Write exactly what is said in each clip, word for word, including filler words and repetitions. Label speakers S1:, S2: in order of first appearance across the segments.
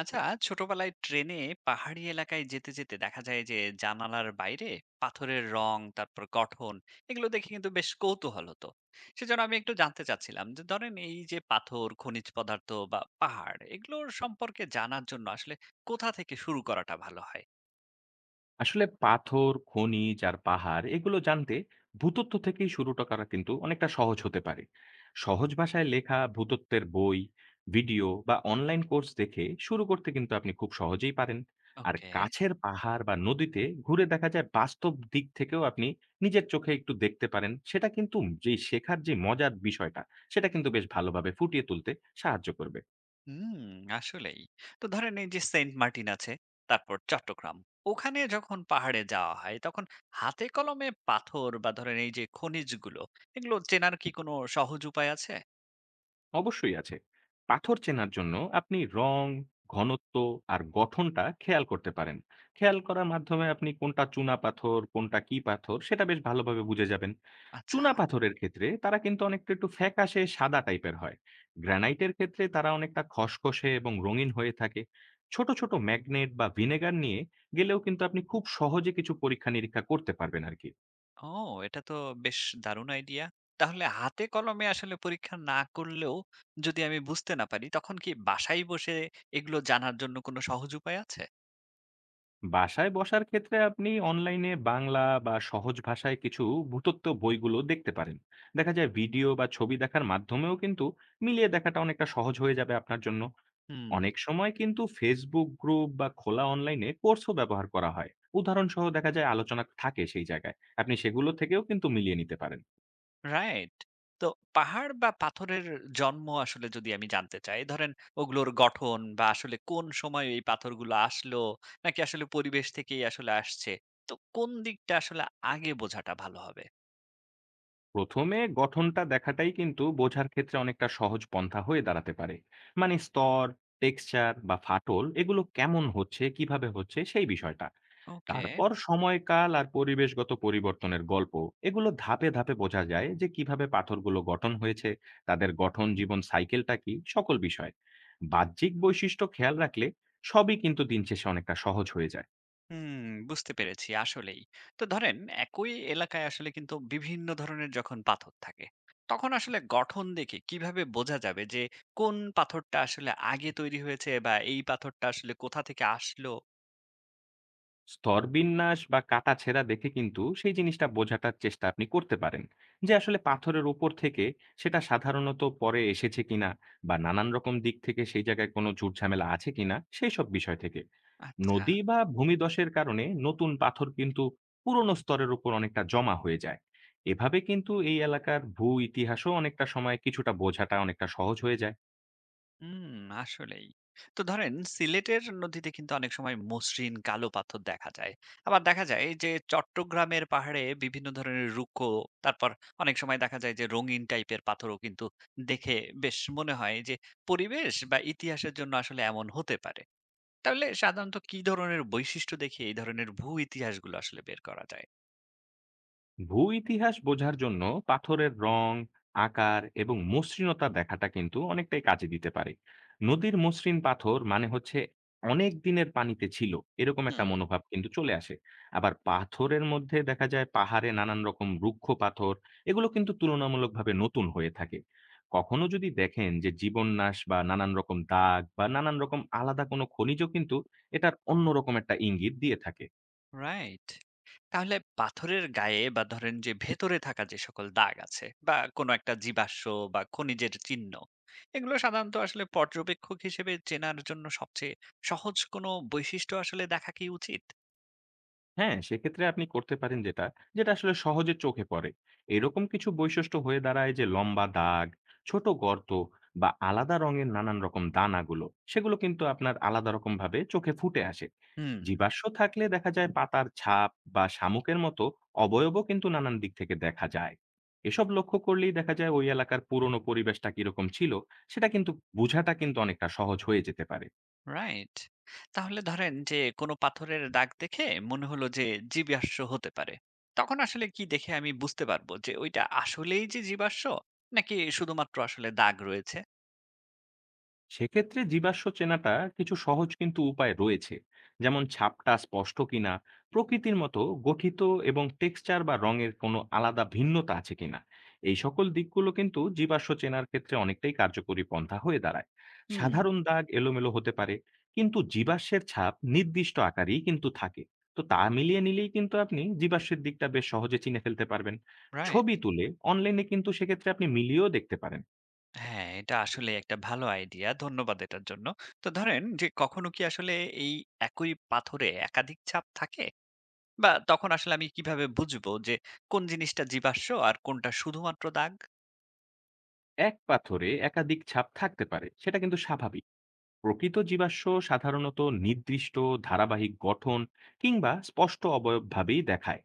S1: আচ্ছা, ছোটবেলায় ট্রেনে পাহাড়ি এলাকায় যেতে যেতে দেখা যায় যে জানালার বাইরে পাথরের রং তারপর গঠন এগুলো দেখে কিন্তু বেশ কৌতূহল হতো। সেজন্য আমি একটু জানতে চাচ্ছিলাম যে ধরেন এই যে পাথর খনিজ পদার্থ বা পাহাড় এগুলোর সম্পর্কে জানার জন্য আসলে কোথা থেকে শুরু করাটা ভালো হয়।
S2: আসলে পাথর, খনিজ আর পাহাড় এগুলো জানতে ভূতত্ত্ব থেকেই শুরুটা করা কিন্তু অনেকটা সহজ হতে পারে। সহজ ভাষায় লেখা ভূতত্ত্বের বই, ভিডিও বা অনলাইন কোর্স দেখে শুরু করতে কিন্তু আপনি খুব সহজেই পারেন। আর
S1: ওকে।
S2: কাছের পাহাড় বা নদীতে ঘুরে দেখা যায় বাস্তব দিক থেকেও আপনি নিজের চোখে একটু দেখতে পারেন। সেটা কিন্তু যেই শেখার যে মজার বিষয়টা, সেটা কিন্তু বেশ ভালোভাবে ফুটিয়ে তুলতে সাহায্য করবে।
S1: হুম, আসলেই। তো ধরেন এই যে সেন্ট মার্টিন আছে, তারপর চট্টগ্রাম। ওখানে যখন পাহাড়ে যাওয়া হয় তখন হাতে কলমে পাথর বা ধরেন এই যে খনিজগুলো, এগুলো চেনার কি কোনো সহজ উপায় আছে?
S2: অবশ্যই আছে। পাথর চেনার জন্য আপনি রং, ঘনত্ব আর গঠনটা খেয়াল করতে পারেন। খেয়াল করার মাধ্যমে আপনি কোনটা চুনা পাথর কোনটা কি পাথর সেটা বেশ ভালোভাবে বুঝে যাবেন।
S1: আচ্ছা।
S2: চুনা পাথরের ক্ষেত্রে তারা কিন্তু অনেকটা একটু ফ্যাকাশে সাদা টাইপের হয়। গ্রানাইটের ক্ষেত্রে তারা অনেকটা খসখসে এবং রঙিন হয়ে থাকে। ছোট ছোট ম্যাগনেট বা ভিনেগার নিয়ে গেলেও কিন্তু আপনি খুব সহজে কিছু পরীক্ষা নিরীক্ষা করতে পারবেন আর কি।
S1: ও, এটা তো বেশ দারুণ আইডিয়া। তাহলে হাতে কলমে আসলে পরীক্ষা না করলেও যদি আমি বুঝতে না পারি তখন কি বাসায় বসে এগুলো জানার জন্য কোনো সহজ উপায় আছে?
S2: বাসায় বসার ক্ষেত্রে আপনি অনলাইনে বাংলা বা সহজ ভাষায় কিছু ভূতত্ত্ব বইগুলো দেখতে পারেন। দেখা যায় ভিডিও বা ছবি দেখার মাধ্যমেও কিন্তু মিলিয়ে দেখাটা অনেকটা সহজ হয়ে যাবে আপনার জন্য।
S1: হুম।
S2: অনেক সময় কিন্তু ফেসবুক গ্রুপ বা খোলা অনলাইনে কোর্সও ব্যবহার করা হয়। উদাহরণ সহ দেখা যায় আলোচনা থাকে সেই জায়গায় আপনি সেগুলো থেকেও কিন্তু মিলিয়ে নিতে পারেন।
S1: রাইট। তো পাহাড় বা পাথরের জন্ম আসলে যদি আমি জানতে চাই, ধরেন ওগুলোর গঠন বা আসলে কোন সময় এই পাথরগুলো আসলো, নাকি আসলে পরিবেশ থেকেই আসলে আসছে? তো কোন দিকটা আসলে আগে বোঝাটা ভালো হবে?
S2: প্রথমে গঠনটা দেখাটাই কিন্তু বোঝার ক্ষেত্রে অনেকটা সহজ পন্থা হয়ে দাঁড়াতে পারে। মানে স্তর, টেক্সচার বা ফাটল এগুলো কেমন হচ্ছে কিভাবে হচ্ছে সেই বিষয়টা।
S1: ওকে।
S2: তারপর সময়কাল আর পরিবেশগত পরিবর্তনের গল্প এগুলো ধাপে ধাপে বোঝা যায় যে কিভাবে পাথরগুলো গঠন হয়েছে, তাদের গঠন জীবন সাইকেলটা কি, সকল বিষয় বাহ্যিক বৈশিষ্ট্য খেয়াল রাখলে সবই কিন্তু দিন শেষে অনেকটা সহজ হয়ে যায়।
S1: হুম, বুঝতে পেরেছি আসলেই। তো ধরেন একই এলাকায় আসলে কিন্তু বিভিন্ন ধরনের যখন পাথর থাকে, তখন আসলে গঠন দেখে কিভাবে বোঝা যাবে যে কোন পাথরটা আসলে আগে তৈরি হয়েছে বা এই পাথরটা আসলে কোথা থেকে আসলো?
S2: স্তরবিন্যাস বা কাটা ছেঁড়া দেখে কিন্তু সেই জিনিসটা বোঝাটার চেষ্টা আপনি করতে পারেন যে আসলে পাথরের উপর থেকে সেটা সাধারণত পরে এসেছে কিনা, বা নানান রকম দিক থেকে সেই জায়গায় কোনো ঝুটঝামেলা আছে কিনা সেই সব বিষয় থেকে।
S1: আচ্ছা।
S2: নদী বা ভূমিধসের কারণে নতুন পাথর কিন্তু পুরনো স্তরের উপর অনেকটা জমা হয়ে যায়। এভাবে কিন্তু এই এলাকার ভূ ইতিহাসও অনেকটা সময় কিছুটা বোঝাটা অনেকটা সহজ হয়ে যায়।
S1: হুম, আসলেই। তো ধরেন সিলেটের নদীতে কিন্তু অনেক সময় মসৃণ কালো পাথর দেখা যায়। আবার দেখা যায় যে চট্টগ্রামের পাহাড়ে বিভিন্ন ধরনের রুক্ষ, তারপর অনেক সময় দেখা যায় যে রঙিন টাইপের পাথরও কিন্তু দেখে বেশ মনে হয় যে পরিবেশ বা ইতিহাসের জন্য আসলে এমন হতে পারে। তাহলে সাধারণত কি ধরনের বৈশিষ্ট্য দেখে এই ধরনের ভূ ইতিহাসগুলো আসলে বের করা যায়?
S2: ভূইতিহাস বোঝার জন্য পাথরের রং, আকার এবং মসৃণতা দেখাটা কিন্তু অনেকটাই কাজে দিতে পারে। নদীর মসৃণ পাথর মানে হচ্ছে অনেক দিনের পানিতে ছিল, এরকম একটা মনোভাব কিন্তু চলে আসে। আবার পাথরের মধ্যে দেখা যায় পাহাড়ে নানান রকম রুক্ষ পাথর, এগুলো কিন্তু তুলনামূলকভাবে নতুন হয়ে থাকে। কখনো যদি দেখেন যে জীবননাশ বা নানান রকম দাগ বা নানান রকম আলাদা কোনো খনিজও কিন্তু এটার অন্যরকম একটা ইঙ্গিত দিয়ে থাকে।
S1: রাইট। তাহলে পাথরের গায়ে বা ধরেন যে ভেতরে থাকা যে সকল দাগ আছে বা কোনো একটা জীবাশ্ম বা খনিজের চিহ্ন, এগুলো সাধারণত আসলে পর্যবেক্ষক হিসেবে চেনার জন্য সবচেয়ে সহজ কোনো বৈশিষ্ট্য আসলে দেখা কি উচিত?
S2: হ্যাঁ, সেক্ষেত্রে আপনি করতে পারেন যেটা, যেটা আসলে সহজে চোখে পড়ে। এরকম কিছু বৈশিষ্ট্য হয়ে দাঁড়ায় যে লম্বা দাগ, ছোট গর্ত বা আলাদা রঙের নানান রকম দানাগুলো, সেগুলো কিন্তু আপনার আলাদা রকমভাবে চোখে ফুটে আসে।
S1: হুম,
S2: জীবাশ্ম থাকলে দেখা যায় পাতার ছাপ বা শামুকের মতো অবয়বও কিন্তু নানান দিক থেকে দেখা যায়। এসব লক্ষ্য করলেই দেখা যায় ওই এলাকার পুরনো পরিবেশটা কিরকম ছিল, সেটা কিন্তু বোঝাটা কিন্তু অনেকটা সহজ হয়ে যেতে পারে।
S1: রাইট। তাহলে ধরেন যে কোনো পাথরের দাগ দেখে মনে হলো যে জীবাশ্ম হতে পারে। তখন আসলে কি দেখে আমি বুঝতে পারবো যে ওইটা আসলেই যে জীবাশ্ম নাকি শুধুমাত্র আসলে দাগ রয়েছে?
S2: সেক্ষেত্রে জীবাশ্ম চেনাটা কিছু সহজ কিন্তু উপায় রয়েছে, যেমন ছাপটা স্পষ্ট কিনা, প্রকৃতির মতো গঠিত এবং টেক্সচার বা রঙের কোনো আলাদা ভিন্নতা আছে কিনা, এই সকল দিকগুলো কিন্তু জীবাশ্ম চেনার ক্ষেত্রে অনেকটাই কার্যকরী পন্থা হয়ে দাঁড়ায়।
S1: হুম,
S2: সাধারণ দাগ এলোমেলো হতে পারে, কিন্তু জীবাশ্মের ছাপ নির্দিষ্ট আকারেই কিন্তু থাকে। তো তা মিলিয়ে নিলেই কিন্তু আপনি জীবাশ্মের দিকটা বেশ সহজে চিনে ফেলতে পারবেন।
S1: রাইট।
S2: ছবি তুলে অনলাইনে কিন্তু সেক্ষেত্রে আপনি মিলিয়েও দেখতে পারেন।
S1: হ্যাঁ, এটা আসলে একটা ভালো আইডিয়া। ধন্যবাদ এটার জন্য। তো ধরেন যে কখনো কি আসলে এই একই পাথরে একাধিক ছাপ থাকে? বা তখন আসলে আমি কিভাবে বুঝবো যে কোন জিনিসটা জীবাশ্ম আর কোনটা শুধুমাত্র দাগ?
S2: এক পাথরে একাধিক ছাপ থাকতে পারে, সেটা কিন্তু স্বাভাবিক। প্রকৃত জীবাশ্ম সাধারণত নির্দিষ্ট ধারাবাহিক গঠন কিংবা স্পষ্ট অবয়বভাবেই দেখায়।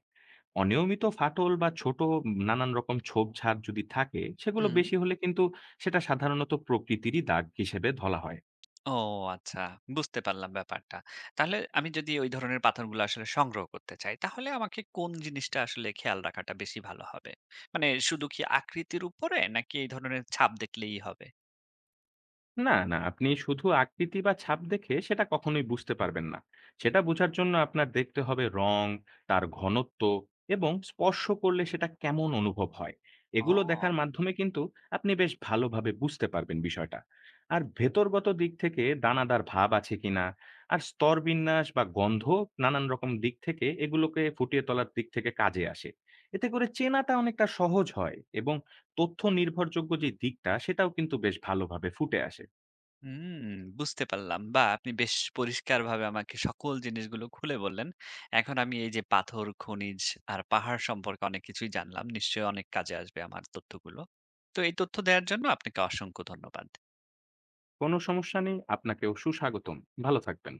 S2: অনিয়মিত ফাটল বা ছোট নানান রকম ঝোপঝাড় যদি থাকে সেগুলো
S1: হুম।
S2: বেশি হলে কিন্তু সেটা সাধারণত প্রকৃতিরই দাগ হিসেবে ধরা হয়।
S1: ও আচ্ছা, বুঝতে পারলাম ব্যাপারটা। তাহলে আমি যদি ওই ধরনের পাথরগুলো আসলে সংগ্রহ করতে চাই, তাহলে আমাকে কোন জিনিসটা আসলে খেয়াল রাখাটা বেশি ভালো হবে? মানে শুধু কি আকৃতির উপরে নাকি এই ধরনের ছাপ দেখলেই হবে?
S2: না, না, আপনি শুধু আকৃতি বা ছাপ দেখে সেটা কখনোই বুঝতে পারবেন না। সেটা বোঝার জন্য আপনার দেখতে হবে রং, তার ঘনত্ব এবং স্পর্শ করলে সেটা কেমন অনুভব হয়। এগুলো
S1: ও।
S2: দেখার মাধ্যমে কিন্তু আপনি বেশ ভালোভাবে বুঝতে পারবেন বিষয়টা। আর ভেতরগত দিক থেকে দানাদার ভাব আছে কিনা, আর স্তরবিন্যাস বা গন্ধ, নানান রকম দিক থেকে এগুলোকে ফুটিয়ে তোলার দিক থেকে কাজে আসে। এতে করে চেনাটা অনেকটা সহজ হয় এবং তথ্য নির্ভরযোগ্য যে দিকটা সেটাও কিন্তু বেশ ভালোভাবে ফুটে আসে।
S1: হুম, বুঝতে পারলাম। বাহ! আপনি বেশ পরিষ্কারভাবে আমাকে সকল জিনিসগুলো খুলে বললেন। এখন আমি এই যে পাথর, খনিজ আর পাহাড় সম্পর্কে অনেক কিছুই জানলাম। নিশ্চয়ই অনেক কাজে আসবে আমার তথ্যগুলো। তো এই তথ্য দেওয়ার জন্য আপনাকে অসংখ্য ধন্যবাদ।
S2: কোনো সমস্যা নেই। আপনাকেও সুস্বাগতম। ভালো থাকবেন।